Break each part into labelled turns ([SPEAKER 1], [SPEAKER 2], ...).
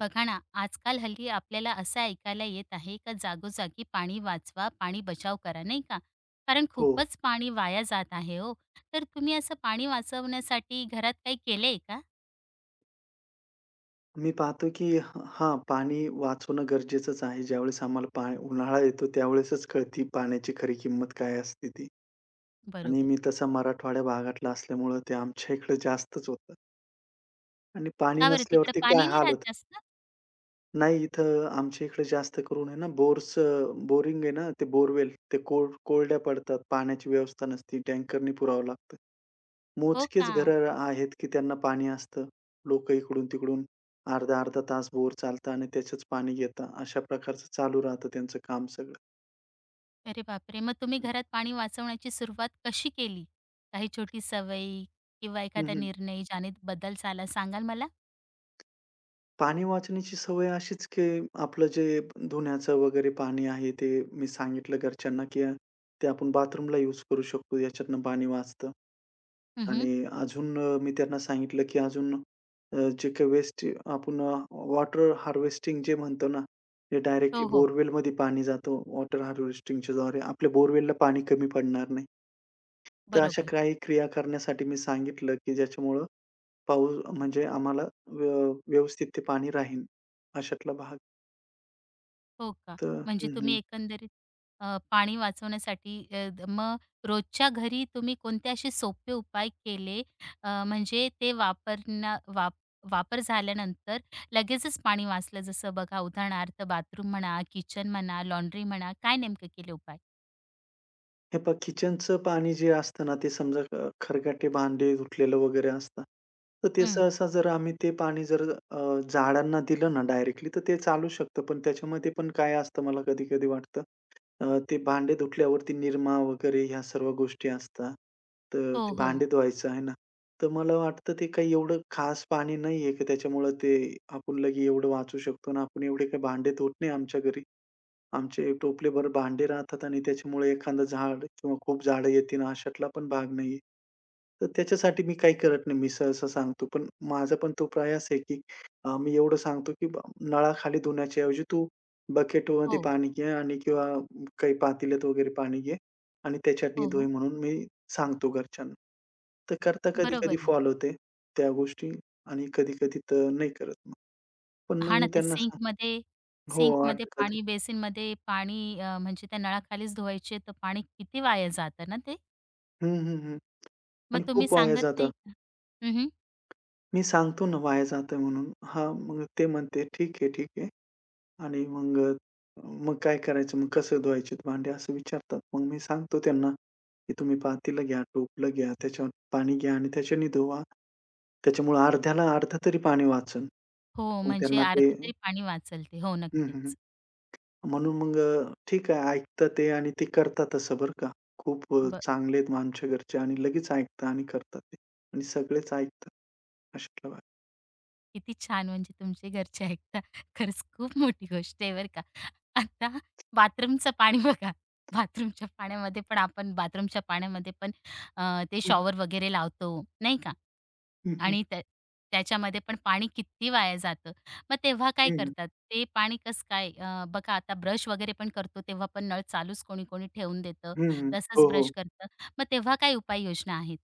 [SPEAKER 1] बघा ना, आजकाल हल्ली आपल्याला असं ऐकायला येत आहे का? जागोजागी पाणी वाचवा, पाणी बचाव करा, नाही का? कारण
[SPEAKER 2] हो,
[SPEAKER 1] खूपच पाणी वाया जात आहे हो. तर तुम्ही असं पाणी वाचवण्यासाठी घरात काही केलंय का?
[SPEAKER 2] मी पाहतो की पाणी वाचवणं गरजेचंच आहे. ज्यावेळेस आम्हाला उन्हाळा येतो त्यावेळेसच कळती पाण्याची खरी किंमत काय असते ती. आणि
[SPEAKER 1] बरोबर.
[SPEAKER 2] मी तसा मराठवाड्या भागातला असल्यामुळं ते आमच्या इकडे जास्तच होतं आणि पाणी
[SPEAKER 1] का बरं तिकडे
[SPEAKER 2] नसल्यावरती काय
[SPEAKER 1] पाणी नाही
[SPEAKER 2] हाल
[SPEAKER 1] राहत
[SPEAKER 2] होतात.
[SPEAKER 1] जास्त?
[SPEAKER 2] नाही, इथं आमच्या इकडे जास्त करून आहे ना बोरिंग आहे ना, ते बोरवेल ते कोरड्या पडतात. पाण्याची व्यवस्था नसते. टँकरनी पुरावं लागतं.
[SPEAKER 1] हो
[SPEAKER 2] मोजकेच
[SPEAKER 1] का?
[SPEAKER 2] घरं आहेत, की त्यांना पाणी असतं. लोक इकडून-तिकडून अर्धा-अर्धा तास बोर चालतं आणि त्याचंच पाणी घेतात. अशा प्रकारचं चालू राहतं त्यांचं काम सगळं.
[SPEAKER 1] अरे बापरे! मग तुम्ही घरात पाणी वाचवण्याची सुरुवात कशी केली? काही छोटी सवयी किंवा
[SPEAKER 2] हं,
[SPEAKER 1] एखादा
[SPEAKER 2] हं.
[SPEAKER 1] निर्णय ज्याने बदल झाला सांगाल मला?
[SPEAKER 2] पाणी वाचवण्याची सवय अशीच, की आपलं जे धुण्याचं वगैरे पाणी आहे, ते मी सांगितलं घरच्यांना, की ते आपण बाथरूमला यूज करू शकतो. याच्यातनं पाणी वाचतं.
[SPEAKER 1] उम्हम.
[SPEAKER 2] आणि अजून मी त्यांना सांगितलं, की अजून जे काही वेस्ट आपण वॉटर हार्वेस्टिंग जे म्हणतो ना, ते डायरेक्टली
[SPEAKER 1] हो, हो.
[SPEAKER 2] बोरवेलमध्ये पाणी जातं वॉटर हार्वेस्टिंगच्याद्वारे. आपल्या बोरवेलला पाणी कमी पडणार नाही. तर अशा
[SPEAKER 1] बरोबर.
[SPEAKER 2] काही क्रिया करण्यासाठी मी सांगितलं, की ज्याच्यामुळं पाऊस म्हणजे आम्हाला व्य व्यवस्थित ते पाणी राहील. अशातला भाग.
[SPEAKER 1] हो का?
[SPEAKER 2] तर
[SPEAKER 1] म्हणजे
[SPEAKER 2] हं,
[SPEAKER 1] तुम्ही
[SPEAKER 2] हं.
[SPEAKER 1] एकंदरीत पाणी वाचवण्यासाठी अ, द मग रोजच्या घरी तुम्ही कोणते असे सोपे उपाय केले? म्हणजे ते वापर झाल्यानंतर लगेचच पाणी वाचलं. जसं बघा, उदाहरणार्थ बाथरूम म्हणा, किचन म्हणा, लॉन्ड्री म्हणा, काय नेमकं केले उपाय?
[SPEAKER 2] हे पहा किचनचं पाणी जे असतं ना, ते समजा खरकटे भांडे धुतलेलं वगैरे असतं. तर ते
[SPEAKER 1] हं.
[SPEAKER 2] सहसा जर आम्ही ते पाणी जर अ, झाडांना दिलं ना डायरेक्टली, तर ते चालू शकतं. पण त्याच्यामध्ये पण काय असतं मला कधी-कधी वाटतं, ते भांडे धुतल्यावरती निरमा वगैरे ह्या सर्व गोष्टी असतात. तर
[SPEAKER 1] हो,
[SPEAKER 2] ते
[SPEAKER 1] हो.
[SPEAKER 2] भांडे धुवायचं आहे ना, तर मला वाटतं ते काही एवढं खास पाणी नाहीये, की त्याच्यामुळं ते आपण एवढं वाचू शकतो आणि आपण एवढे काही भांडे धुत नाही आमच्या घरी. आमचे टोपलेभर भांडे राहतात आणि त्याच्यामुळे एखादं झाड किंवा खूप झाडं येतील अशातला पण भाग नाहीये. तर त्याच्यासाठी मी काही करत नाही. मी सहसा सांगतो. पण माझा पण तो प्रयास आहे, की मी एवढं सांगतो, की नळाखाली धुण्याच्या ऐवजी तू बकेटमध्ये
[SPEAKER 1] हो.
[SPEAKER 2] पाणी घे आणि किंवा काही पातेल्यात वगैरे पाणी घे आणि त्याच्यातनी
[SPEAKER 1] हो,
[SPEAKER 2] धुय
[SPEAKER 1] हो.
[SPEAKER 2] म्हणून मी सांगतो घरच्यांना. तर करता
[SPEAKER 1] बरोबर
[SPEAKER 2] कधी-कधी
[SPEAKER 1] आहे.
[SPEAKER 2] फॉलो होते त्या गोष्टी आणि कधी-कधी तर नाही करत मग. पण मग
[SPEAKER 1] हां ना,
[SPEAKER 2] मी
[SPEAKER 1] ते
[SPEAKER 2] त्यांना
[SPEAKER 1] सिंकमध्ये
[SPEAKER 2] हो,
[SPEAKER 1] सिंकमध्ये
[SPEAKER 2] अटकत.
[SPEAKER 1] पाणी, बेसिनमध्ये पाणी, म्हणजे त्या नळाखालीच धुवायचे तर पाणी किती वाया जातं ना ते?
[SPEAKER 2] हं, हं, हं.
[SPEAKER 1] मग
[SPEAKER 2] आणि
[SPEAKER 1] तुम्ही
[SPEAKER 2] खूप वाया
[SPEAKER 1] सांगत
[SPEAKER 2] जातं.
[SPEAKER 1] नाही का? हं.
[SPEAKER 2] मी सांगतो ना वाया जातं म्हणून. हां, मग ते म्हणते, "ठीक आहे, ठीक आहे." आणि मग मग काय करायचं? मग कसं धुवायचे भांडे असं विचारतात. मग मी सांगतो त्यांना, की "तुम्ही पातेलं घ्या, टोपलं घ्या, त्याच्यावर पाणी घ्या आणि त्याच्याने धुवा. त्याच्यामुळे अर्ध्याला अर्ध तरी पाणी वाचेल."
[SPEAKER 1] हो,
[SPEAKER 2] मग
[SPEAKER 1] म्हणजे
[SPEAKER 2] त्यांना
[SPEAKER 1] अर्ध
[SPEAKER 2] ते
[SPEAKER 1] तरी पाणी वाचलते, ते. हो,
[SPEAKER 2] हं, हं. हं.
[SPEAKER 1] नक्कीच.
[SPEAKER 2] म्हणून मग ठीक आहे ऐकतात ते आणि ते करतात तसं बरं का. खूप चांगले आहेत मग आमच्या घरचे आणि लगेच ऐकतात आणि करतात ते आणि सगळेच ऐकतात. अशातला भाग.
[SPEAKER 1] किती छान! म्हणजे तुमचे घरचे ऐकता. खरंच खूप मोठी गोष्ट आहे बरं का. आता बाथरूमचं पाणी बघा. बाथरूमच्या पाण्यामध्ये पण, आपण बाथरूमच्या पाण्यामध्ये पण ते शॉवर वगैरे लावतो, नाही का?
[SPEAKER 2] हं, हं.
[SPEAKER 1] आणि त्याच्यामध्ये पण पाणी किती वाया जातं. मग तेव्हा काय
[SPEAKER 2] हं, हं.
[SPEAKER 1] करतात? ते पाणी कसं काय, बघा आता ब्रश वगैरे पण करतो तेव्हा पण नळ चालूच कोणी-कोणी ठेवून देतं.
[SPEAKER 2] हं, हो,
[SPEAKER 1] तसंच
[SPEAKER 2] हो.
[SPEAKER 1] ब्रश करतं. मग तेव्हा काय उपाययोजना आहेत?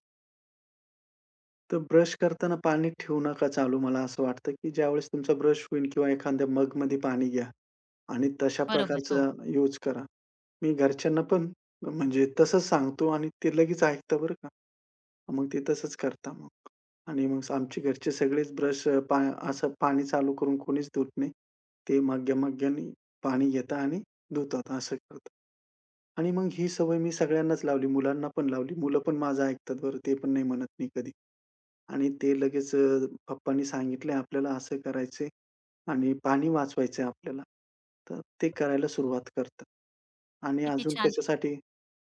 [SPEAKER 2] तर ब्रश करताना पाणी ठेवू नका चालू. मला असं वाटतं, की ज्यावेळेस तुमचा ब्रश होईल किंवा एखाद्या मगमध्ये पाणी घ्या आणि तशा
[SPEAKER 1] बरोबर, हो.
[SPEAKER 2] प्रकारचा यूज करा. मी घरच्यांना पण म्हणजे तसंच सांगतो आणि ते लगेच ऐकतं बरं का. मग ते तसंच करता मग. आणि मग आमचे घरचे सगळेच ब्रश अ, पा असं पाणी चालू करून कोणीच धुत नाही. ते मग्या-मग्यानी पाणी घेतात आणि धुतात असं करतात. आणि मग ही सवय मी सगळ्यांनाच लावली. मुलांना पण लावली. मुलं पण माझं ऐकतात बरं, ते पण नाही म्हणत नाही कधी. आणि ते लगेच पप्पांनी सांगितलंय आपल्याला असं करायचंय आणि पाणी वाचवायचंय आपल्याला. तर ते करायला सुरुवात करतात. आणि
[SPEAKER 1] किती
[SPEAKER 2] अजून
[SPEAKER 1] छान.
[SPEAKER 2] कशासाठी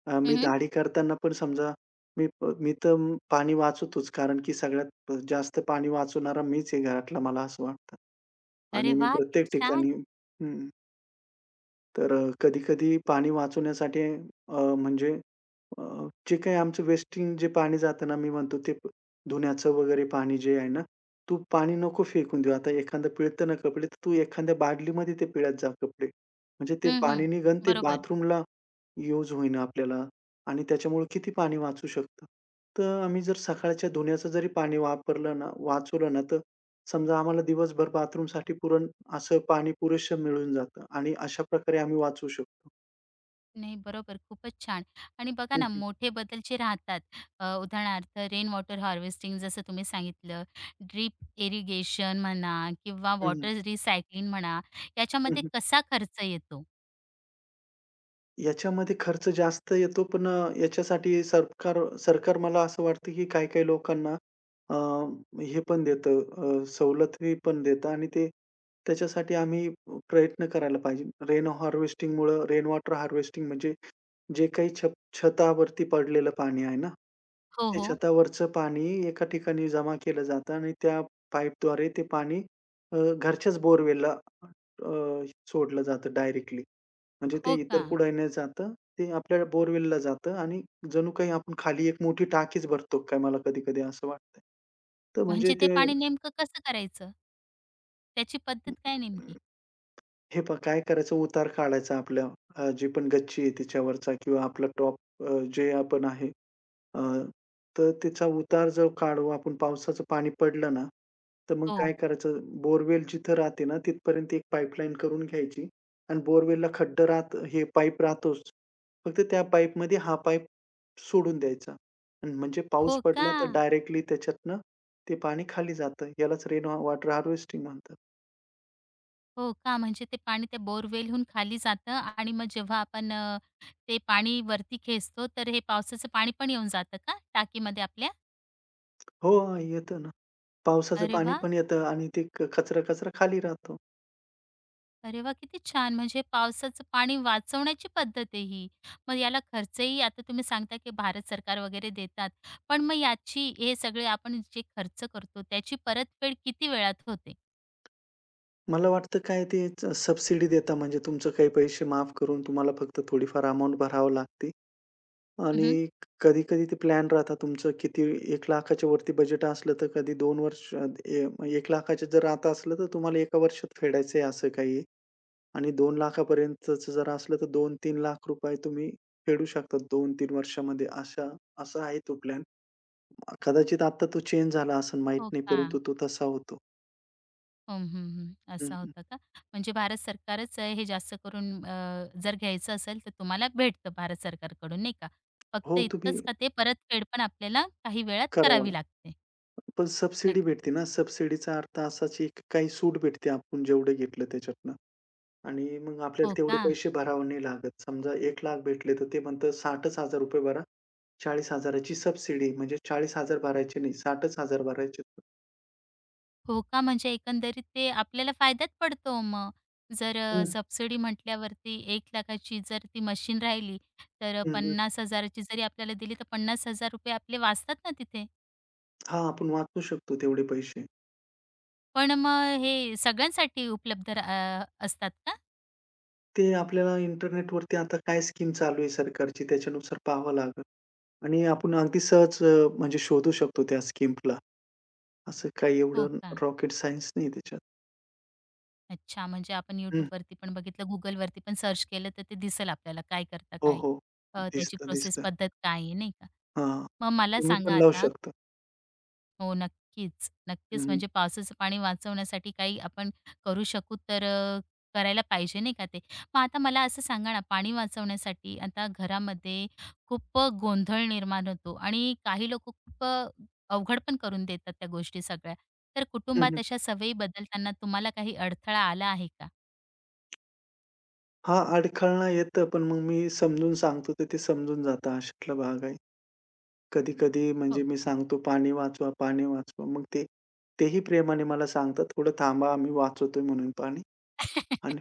[SPEAKER 2] मी
[SPEAKER 1] हं.
[SPEAKER 2] दाढी करताना पण समजा मी तर पाणी वाचवतोच कारण की सगळ्यात जास्त पाणी वाचवणारा मीच आहे घरातला मला असं वाटतं.
[SPEAKER 1] अरे
[SPEAKER 2] आणि मी
[SPEAKER 1] वाह!
[SPEAKER 2] प्रत्येक
[SPEAKER 1] किती छान.
[SPEAKER 2] ठिकाणी हं, तर कधी-कधी पाणी वाचवण्यासाठी म्हणजे जे काही आमचं वेस्टिंग जे पाणी जातं ना, मी म्हणतो ते धुण्याचं वगैरे पाणी जे आहे ना, तू पाणी नको फेकून देऊ. आता एखांदं पिळतं ना कपडे, तर तू एखाद्या बादलीमध्ये ते पिळत जा कपडे. म्हणजे ते
[SPEAKER 1] हं, हं.
[SPEAKER 2] पाणी निघन ते
[SPEAKER 1] बरोबर.
[SPEAKER 2] बाथरूमला यूज होईन आपल्याला आणि त्याच्यामुळे किती पाणी वाचू शकतं. तर आम्ही जर सकाळच्या धुण्याचं जरी पाणी वापरलं ना वाचवलं ना, तर समजा आम्हाला दिवसभर बाथरूमसाठी असं पाणी पुरेसं मिळून जातं आणि अशा प्रकारे आम्ही वाचवू शकतो.
[SPEAKER 1] नाही, बरोबर. खूपच छान. आणि बघा
[SPEAKER 2] हं,
[SPEAKER 1] ना,
[SPEAKER 2] हं.
[SPEAKER 1] मोठे बदल जे राहतात, उदाहरणार्थ रेन वॉटर हार्वेस्टिंग जसं तुम्ही सांगितलं, ड्रीप इरिगेशन म्हणा किंवा
[SPEAKER 2] हं, हं.
[SPEAKER 1] वॉटर रिसायकलिंग म्हणा, याच्यामध्ये कसा खर्च येतो?
[SPEAKER 2] याच्यामध्ये खर्च जास्त येतो, पण याच्यासाठी सरकार सरकार मला असं वाटतं, की काही-काही लोकांना अ, हे पण देतं सवलती पण देतं आणि ते त्याच्यासाठी आम्ही प्रयत्न करायला पाहिजे. रेन वॉटर हार्वेस्टिंग म्हणजे जे काही छतावरती पडलेलं पाणी आहे ना,
[SPEAKER 1] हो,
[SPEAKER 2] ते
[SPEAKER 1] हो.
[SPEAKER 2] छतावरचं पाणी एका ठिकाणी जमा केलं जातं आणि त्या पाईपद्वारे ते पाणी घरच्याच बोरवेलला अ, सोडलं जातं डायरेक्टली. म्हणजे
[SPEAKER 1] हो
[SPEAKER 2] ते
[SPEAKER 1] का?
[SPEAKER 2] इतर कुठे न जातं, ते आपल्या बोरवेलला जातं आणि जणू काही आपण खाली एक मोठी टाकीच भरतो काय मला कधी-कधी असं वाटतंय. तर म्हणजे
[SPEAKER 1] म्हणजे ते
[SPEAKER 2] ते
[SPEAKER 1] पाणी नेमकं कसं करायचं? त्याची पद्धत काय नेमकी?
[SPEAKER 2] हे पहा काय करायचं उतार काढायचा आपल्या जी पण गच्ची आहे तिच्यावरचा किंवा आपला टॉप जे आपण आहे अ, तर त्याचा उतार जर काढू आपण पावसाचं पाणी पडलं ना, तर मग
[SPEAKER 1] हो.
[SPEAKER 2] काय करायचं बोरवेल जिथं राहते ना, तिथपर्यंत एक पाईपलाईन करून घ्यायची आणि बोरवेलला खड्डं राहत हे पाईप राहतोच. फक्त त्या पाईपमध्ये हा पाईप सोडून द्यायचा. अन् म्हणजे
[SPEAKER 1] हो
[SPEAKER 2] पाऊस
[SPEAKER 1] का?
[SPEAKER 2] पडला तर डायरेक्टली त्याच्यातनं ते पाणी खाली जातं. यालाच रेन वॉटर हार्वेस्टिंग म्हणतात.
[SPEAKER 1] हो का? म्हणजे ते पाणी त्या बोअरवेलहून खाली जातं, आणि मग जेव्हा आपण, ते पाणी वरती खेचतो, तर हे पावसाचं पाणी पण येऊन जातं का टाकीमध्ये आपल्या?
[SPEAKER 2] हो, येतं ना. पावसाचं
[SPEAKER 1] अरे
[SPEAKER 2] पाणी
[SPEAKER 1] वाह!
[SPEAKER 2] पण येतं आणि ते कचरा-कचरा खाली राहतो.
[SPEAKER 1] अरे वा, किती छान. म्हणजे पावसाचं पाणी वाचवण्याची पद्धत आहे ही. मग याला खर्चही आता तुम्ही सांगता की भारत सरकार वगैरे देतात. पण मग याची, हे सगळे आपण जे खर्च करतो, त्याची परतफेड किती वेळात होते?
[SPEAKER 2] मला वाटतं काय ते सबसिडी देता म्हणजे तुमचं काही पैसे माफ करून तुम्हाला फक्त थोडीफार अमाउंट भरावी लागते
[SPEAKER 1] हं.
[SPEAKER 2] आणि कधी-कधी ते प्लॅन राहतात तुमचं किती 1,00,000च्या वरती बजेट असलं तर कधी 2 वर्ष ए 1,00,000च्या जर आता असलं तर तुम्हाला एका वर्षात फेडायचं आहे असं काही आहे आणि 2,00,000 पर्यंतचं जर असलं तर 2-3 लाख रुपये तुम्ही फेडू शकता 2-3 वर्षामध्ये असा आहे तो प्लॅन. कदाचित आता तो चेंज झाला असेल माहीत
[SPEAKER 1] हो
[SPEAKER 2] नाही,
[SPEAKER 1] का?
[SPEAKER 2] परंतु तो तसा होतो.
[SPEAKER 1] हं, हं, हं.
[SPEAKER 2] हं,
[SPEAKER 1] असा होता का? म्हणजे भारत सरकारच, हे जास्त करून, जर घ्यायचं असेल तर तुम्हाला भेटतं भारत सरकारकडून, नाही का? फक्त
[SPEAKER 2] हो, तुम्ही
[SPEAKER 1] इतकंच का, ते परतफेड पण आपल्याला काही वेळात
[SPEAKER 2] करावा
[SPEAKER 1] करावी लागते.
[SPEAKER 2] पण सबसिडी भेटते
[SPEAKER 1] नक्कीच.
[SPEAKER 2] ना, सबसिडीचा अर्थ असाच आहे, की काही सूट भेटते आपण जेवढं घेतलं त्याच्यातनं आणि मग
[SPEAKER 1] हो
[SPEAKER 2] आपल्याला तेवढे
[SPEAKER 1] का?
[SPEAKER 2] पैसे भरावे नाही लागत. समजा 1,00,000 भेटले, तर ते म्हणतात ₹60,000 भरा. 40,000 ची सबसिडी म्हणजे 40,000 भरायचे नाही, 60,000 भरायचे.
[SPEAKER 1] हो का? म्हणजे एकंदरीत ते आपल्याला फायद्यात पडतो मग. जर
[SPEAKER 2] हं,
[SPEAKER 1] सबसिडी म्हटल्यावरती 1,00,000ची जर ती मशीन राहिली, तर
[SPEAKER 2] हं, हं.
[SPEAKER 1] 50,000 ची जरी आपल्याला दिली तर 50,000 रुपये आपले वाचतात ना तिथे.
[SPEAKER 2] हां, आपण वाचवू शकतो तेवढे पैसे.
[SPEAKER 1] पण मग हे सगळ्यांसाठी उपलब्ध असतात का?
[SPEAKER 2] ते आपल्याला इंटरनेटवरती आता काय स्कीम चालू आहे सरकारची त्याच्यानुसार पाहावं लागेल आणि आपण अगदी सहज म्हणजे शोधू शकतो त्या स्कीमला. असं काही
[SPEAKER 1] हो
[SPEAKER 2] एवढं
[SPEAKER 1] का?
[SPEAKER 2] रॉकेट सायन्स नाही त्याच्यात.
[SPEAKER 1] अच्छा, म्हणजे आपण YouTubeवरती पण बघितलं, Googleवरती पण सर्च केलं, तर ते दिसेल आपल्याला काय करता
[SPEAKER 2] हो,
[SPEAKER 1] काय?
[SPEAKER 2] हो.
[SPEAKER 1] त्याची
[SPEAKER 2] दिसतं,
[SPEAKER 1] प्रोसेस
[SPEAKER 2] दिसतं.
[SPEAKER 1] पद्धत काय आहे, नाही का?
[SPEAKER 2] हां.
[SPEAKER 1] मग मला
[SPEAKER 2] तुम्ही
[SPEAKER 1] सांगा
[SPEAKER 2] पण लावू
[SPEAKER 1] आता.
[SPEAKER 2] शकता.
[SPEAKER 1] हो, नक्कीच,
[SPEAKER 2] हं,
[SPEAKER 1] नक्कीच.
[SPEAKER 2] हं.
[SPEAKER 1] म्हणजे पावसाचं पाणी वाचवण्यासाठी काही आपण करू शकू, तर करायला पाहिजे, नाही का ते? मग आता मला असं सांगा ना, पाणी वाचवण्यासाठी आता घरामध्ये खूप गोंधळ निर्माण होतो आणि काही लोकं खूप अवघड पण करून देतात त्या गोष्टी सगळ्या. तर
[SPEAKER 2] हं,
[SPEAKER 1] कुटुंबात
[SPEAKER 2] हं.
[SPEAKER 1] अशा सवयी बदलताना तुम्हाला काही अडथळा आला आहे का?
[SPEAKER 2] हां, अडखळणं येतं, पण मग मी समजून सांगतो तर ते समजून जातं अशातला भाग आहे. कधी-कधी म्हणजे
[SPEAKER 1] हो
[SPEAKER 2] मी
[SPEAKER 1] का?
[SPEAKER 2] सांगतो, "पाणी वाचवा, पाणी वाचवा." मग तेही प्रेमाने मला सांगतात, "थोडं थांबा, आम्ही वाचवतोय म्हणून पाणी." आणि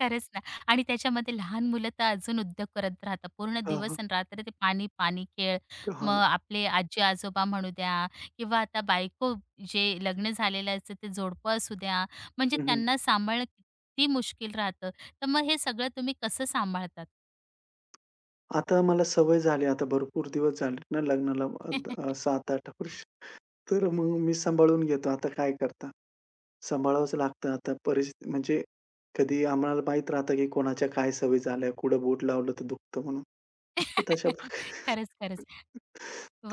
[SPEAKER 1] खरंच ना. आणि त्याच्यामध्ये लहान मुलं तर अजून उद्योग करत राहतात. पूर्ण
[SPEAKER 2] हां, हां.
[SPEAKER 1] दिवस आणि रात्र ते पाणी, पाणी खेळ.
[SPEAKER 2] हां.
[SPEAKER 1] मग आपले आजी-आजोबा म्हणू द्या किंवा आता बायको, जे लग्न झालेलं असतं ते जोडपं असू द्या, म्हणजे
[SPEAKER 2] हं, हं.
[SPEAKER 1] त्यांना सांभाळणं किती मुश्किल राहतं. तर मग हे सगळं तुम्ही कसं सांभाळतात?
[SPEAKER 2] आता मला सवय झाली, आता भरपूर दिवस झालेत ना लग्नाला 7-8 वर्ष. तर मग मी सांभाळून घेतो. आता काय करता? सांभाळावंच लागतं आता परिस्थिती म्हणजे कधी आम्हाला माहीत राहतं, की कोणाच्या काय सवयी झाल्या, कुठं बोट लावलं तर दुखतं म्हणून. तर तशा प्रकारे
[SPEAKER 1] खरंच, खरंच.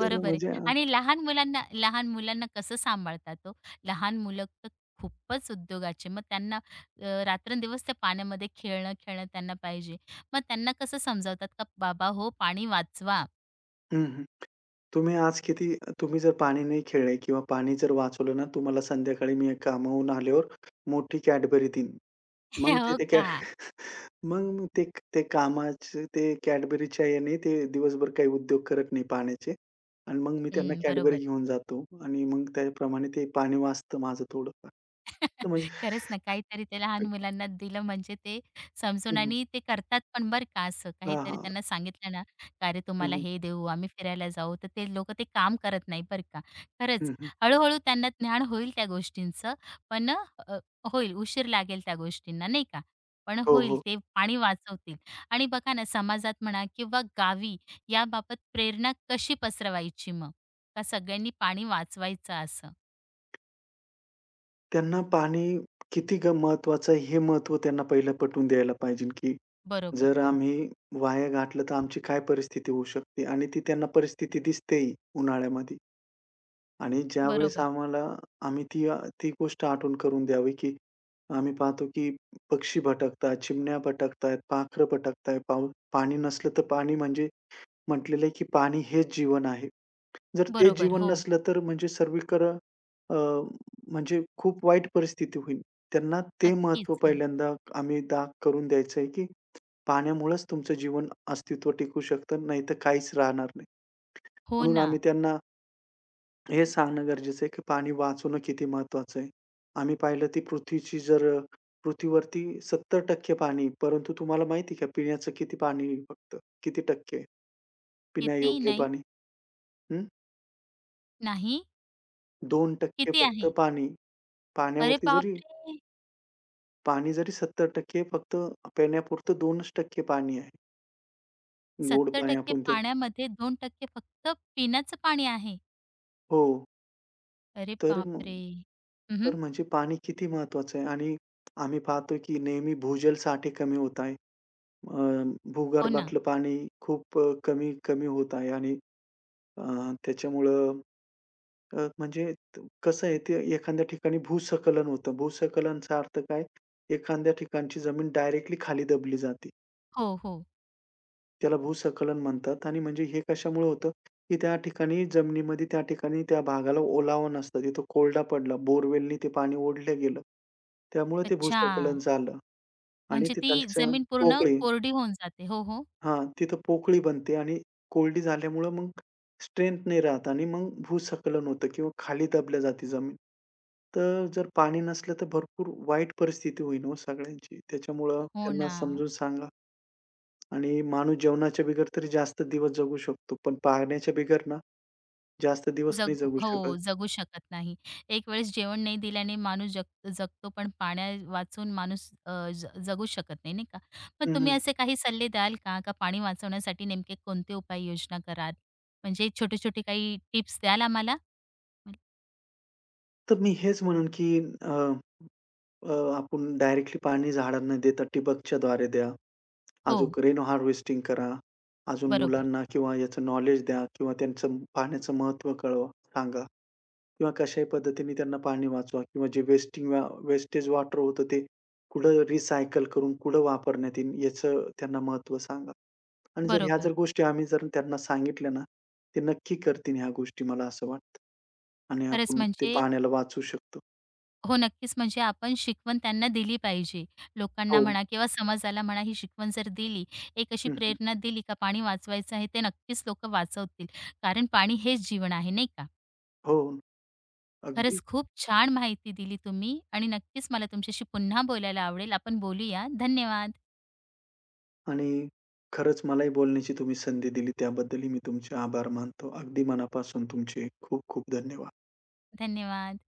[SPEAKER 2] तर
[SPEAKER 1] आहे.
[SPEAKER 2] म्हणजे
[SPEAKER 1] आणि लहान मुलांना कसं सांभाळतात ओ? लहान मुलं तर खूपच उद्योगाचे. मग त्यांना रात्रंदिवस त्या पाण्यामध्ये खेळणं, खेळणं त्यांना पाहिजे. मग त्यांना कसं समजावतात का, "बाबा हो, पाणी वाचवा."
[SPEAKER 2] हं, हं. तुम्ही आज किती तुम्ही जर पाणी नाही खेळले किंवा पाणी जर वाचवलं ना, तुम्हाला संध्याकाळी मी कामावून आल्यावर मोठी कॅडबरी देईन. मग ते
[SPEAKER 1] हो
[SPEAKER 2] ते
[SPEAKER 1] का?
[SPEAKER 2] मग ते ते कामाचे ते Cadburyच्या याने ते दिवसभर काही उद्योग करत नाही पाण्याचे आणि मग मी त्यांना
[SPEAKER 1] हं,
[SPEAKER 2] Cadbury
[SPEAKER 1] बरोबर.
[SPEAKER 2] घेऊन जातो आणि मग त्याप्रमाणे ते पाणी वाचतं माझं थोडंफार. तर म्हणजे
[SPEAKER 1] खरंच ना, काहीतरी ते लहान मुलांना दिलं म्हणजे ते समजून,
[SPEAKER 2] हं, हं.
[SPEAKER 1] आणि ते करतात पण बरं का असं.
[SPEAKER 2] हां,
[SPEAKER 1] काहीतरी
[SPEAKER 2] हां.
[SPEAKER 1] त्यांना सांगितलं ना, "का रे
[SPEAKER 2] हं,
[SPEAKER 1] तुम्हाला
[SPEAKER 2] हं.
[SPEAKER 1] हे देऊ, आम्ही फिरायला जाऊ," तर ते लोकं ते काम करत नाही बरं का. खरंच.
[SPEAKER 2] हं, हं.
[SPEAKER 1] हळू त्यांना ज्ञान होईल त्या गोष्टींचं. पण होईल, उशीर लागेल त्या गोष्टींना, नाही का? पण
[SPEAKER 2] हो,
[SPEAKER 1] होईल,
[SPEAKER 2] हो.
[SPEAKER 1] ते पाणी वाचवतील. आणि बघा ना, समाजात म्हणा किंवा गावी, याबाबत प्रेरणा कशी पसरवायची मग? का सगळ्यांनी पाणी वाचवायचं असं?
[SPEAKER 2] त्यांना पाणी किती महत्वाचं आहे हे महत्त्व त्यांना पहिलं पटवून द्यायला पाहिजे, की
[SPEAKER 1] बरोबर.
[SPEAKER 2] जर
[SPEAKER 1] हो.
[SPEAKER 2] आम्ही वाया घातलं तर आमची काय परिस्थिती होऊ शकते आणि ती त्यांना परिस्थिती दिसतेही उन्हाळ्यामध्ये. आणि ज्यावेळेस
[SPEAKER 1] बरोबर.
[SPEAKER 2] आम्हाला आम्ही ती गोष्ट आठवण करून द्यावी, की आम्ही पाहतो, की पक्षी भटकतात, चिमण्या भटकतायत, पाखरं भटकतायत, पाणी नसलं तर पाणी म्हणजे म्हटलेलं आहे, की पाणी हेच जीवन आहे. जर ते
[SPEAKER 1] बरोबर.
[SPEAKER 2] जीवन
[SPEAKER 1] हो.
[SPEAKER 2] नसलं तर म्हणजे सर्वीकडं अ, म्हणजे खूप वाईट परिस्थिती होईल. त्यांना ते महत्त्व
[SPEAKER 1] नक्कीच. हो.
[SPEAKER 2] पहिल्यांदा आम्ही दाग करून द्यायचं आहे, की पाण्यामुळेच तुमचं जीवन अस्तित्व टिकू शकतं, नाहीतर काहीच राहणार नाही.
[SPEAKER 1] हो
[SPEAKER 2] म्हणून
[SPEAKER 1] ना.
[SPEAKER 2] आम्ही त्यांना हे सांगणं गरजेचं आहे, की पाणी वाचवणं किती महत्त्वाचं आहे. आम्ही पाहिलं ती पृथ्वीची जर पृथ्वीवरती 70% पाणी, आहे, परंतु तुम्हाला माहिती आहे का पिण्याचं किती पाणी आहे फक्त? किती टक्के आहे
[SPEAKER 1] किती
[SPEAKER 2] पिण्यायोग्य
[SPEAKER 1] नाही,
[SPEAKER 2] पाणी? हं,
[SPEAKER 1] नाही,
[SPEAKER 2] 2%
[SPEAKER 1] किती
[SPEAKER 2] फक्त
[SPEAKER 1] आहे?
[SPEAKER 2] पाणी.
[SPEAKER 1] अरे
[SPEAKER 2] पाण्यावरती जरी
[SPEAKER 1] बापरे!
[SPEAKER 2] पाणी जरी 70% फक्त पिण्यापुरतं 2% पाणी आहे. गोड पाणी
[SPEAKER 1] 70%
[SPEAKER 2] आपण ते
[SPEAKER 1] पाण्यामध्ये 2% फक्त पिण्याचं पाणी आहे.
[SPEAKER 2] हो.
[SPEAKER 1] अरे
[SPEAKER 2] तर मग
[SPEAKER 1] बापरे! हं.
[SPEAKER 2] तर म्हणजे पाणी किती महत्त्वाचं आहे आणि आम्ही पाहतो, की नेहमी भूजल साठे कमी होत आहेत. अ,
[SPEAKER 1] हो ना.
[SPEAKER 2] भूगर्भातलं पाणी खूप कमी-कमी होत आहे आणि अ, त्याच्यामुळं म्हणजे कसं आहे ते एखाद्या ठिकाणी भूस्खलन होतं. भूस्खलनचा अर्थ काय? एखाद्या ठिकाणची जमीन डायरेक्टली खाली दबली जाते.
[SPEAKER 1] हो, हो.
[SPEAKER 2] त्याला भूस्खलन म्हणतात आणि म्हणजे हे कशामुळे होतं, की त्या ठिकाणी त्या भागाला ओलावा नसतो. तिथं कोरडा पडला. बोरवेलनी ते पाणी ओढलं गेलं. त्यामुळे ते
[SPEAKER 1] अच्छा.
[SPEAKER 2] भूस्खलन झालं आणि
[SPEAKER 1] म्हणजे ती
[SPEAKER 2] तिथालच्या
[SPEAKER 1] जमीन पूर्ण
[SPEAKER 2] पोकळी
[SPEAKER 1] कोरडी होऊन जाते. हो, हो.
[SPEAKER 2] हां, तिथं पोकळी बनते आणि कोरडी झाल्यामुळं मग स्ट्रेंथ नाही राहत आणि मग भूस्खलन होतं किंवा खाली दबल्या जाते जमीन. तर जर पाणी नसलं तर भरपूर वाईट परिस्थिती होईल हो सगळ्यांची. त्याच्यामुळं
[SPEAKER 1] हो
[SPEAKER 2] त्यांना
[SPEAKER 1] ना.
[SPEAKER 2] समजून सांगा आणि माणूस जेवणाच्या बिगर तरी जास्त दिवस जगू शकतो, पण पाण्याच्या बिगर ना जास्त दिवस नाही
[SPEAKER 1] जगू,
[SPEAKER 2] जगू शकत.
[SPEAKER 1] हो, जगू शकत नाही. एक वेळेस जेवण नाही दिल्याने माणूस जग जगतो, पण पाण्या वाचून माणूस, अ, ज जगू शकत नाही, नाही का? मग तुम्ही
[SPEAKER 2] हं,
[SPEAKER 1] असे काही सल्ले द्याल का? का पाणी वाचवण्यासाठी नेमके कोणते उपाययोजना कराल? म्हणजे छोटे-छोटे काही टिप्स द्याल आम्हाला?
[SPEAKER 2] तर मी हेच म्हणेन की अ, अ, आपण डायरेक्टली पाणी झाडांना देता ठिबकच्याद्वारे द्या
[SPEAKER 1] हो,
[SPEAKER 2] अजूक रेन हार्वेस्टिंग करा. अजून
[SPEAKER 1] बरोबर,
[SPEAKER 2] मुलांना किंवा याचं नॉलेज द्या किंवा त्यांचं पाण्याचं महत्त्व कळवा सांगा किंवा कशाही पद्धतीने त्यांना पाणी वाचवा किंवा जे वेस्टिंग वा वेस्टेज वॉटर होतं ते कुठं रिसायकल करून कुठं वापरण्यात येईल याचं त्यांना महत्त्व सांगा. आणि जर ह्या
[SPEAKER 1] बरोबर.
[SPEAKER 2] जर गोष्टी आम्ही जर त्यांना सांगितल्या ना, ते नक्की करतील ह्या गोष्टी मला असं वाटतं. आणि
[SPEAKER 1] खरंच
[SPEAKER 2] आपण ते
[SPEAKER 1] म्हणजे
[SPEAKER 2] पाण्याला वाचवू शकतो.
[SPEAKER 1] हो, नक्कीच. म्हणजे आपण शिकवण त्यांना दिली पाहिजे. लोकांना
[SPEAKER 2] हो.
[SPEAKER 1] म्हणा किंवा समाजाला म्हणा, ही शिकवण जर दिली, एक अशी
[SPEAKER 2] हं, हं.
[SPEAKER 1] प्रेरणा दिली का पाणी वाचवायचं आहे, ते नक्कीच लोकं वाचवतील. कारण पाणी हेच जीवन आहे, नाही का?
[SPEAKER 2] हो.
[SPEAKER 1] खरंच
[SPEAKER 2] अगदी.
[SPEAKER 1] खूप छान माहिती दिली तुम्ही, आणि नक्कीच मला तुमच्याशी पुन्हा बोलायला आवडेल. आपण बोलूया. धन्यवाद.
[SPEAKER 2] आणि खरंच मलाही बोलण्याची तुम्ही संधी दिली त्याबद्दलही मी तुमचे आभार मानतो. अगदी मनापासून तुमचे खूप खूप धन्यवाद.
[SPEAKER 1] धन्यवाद.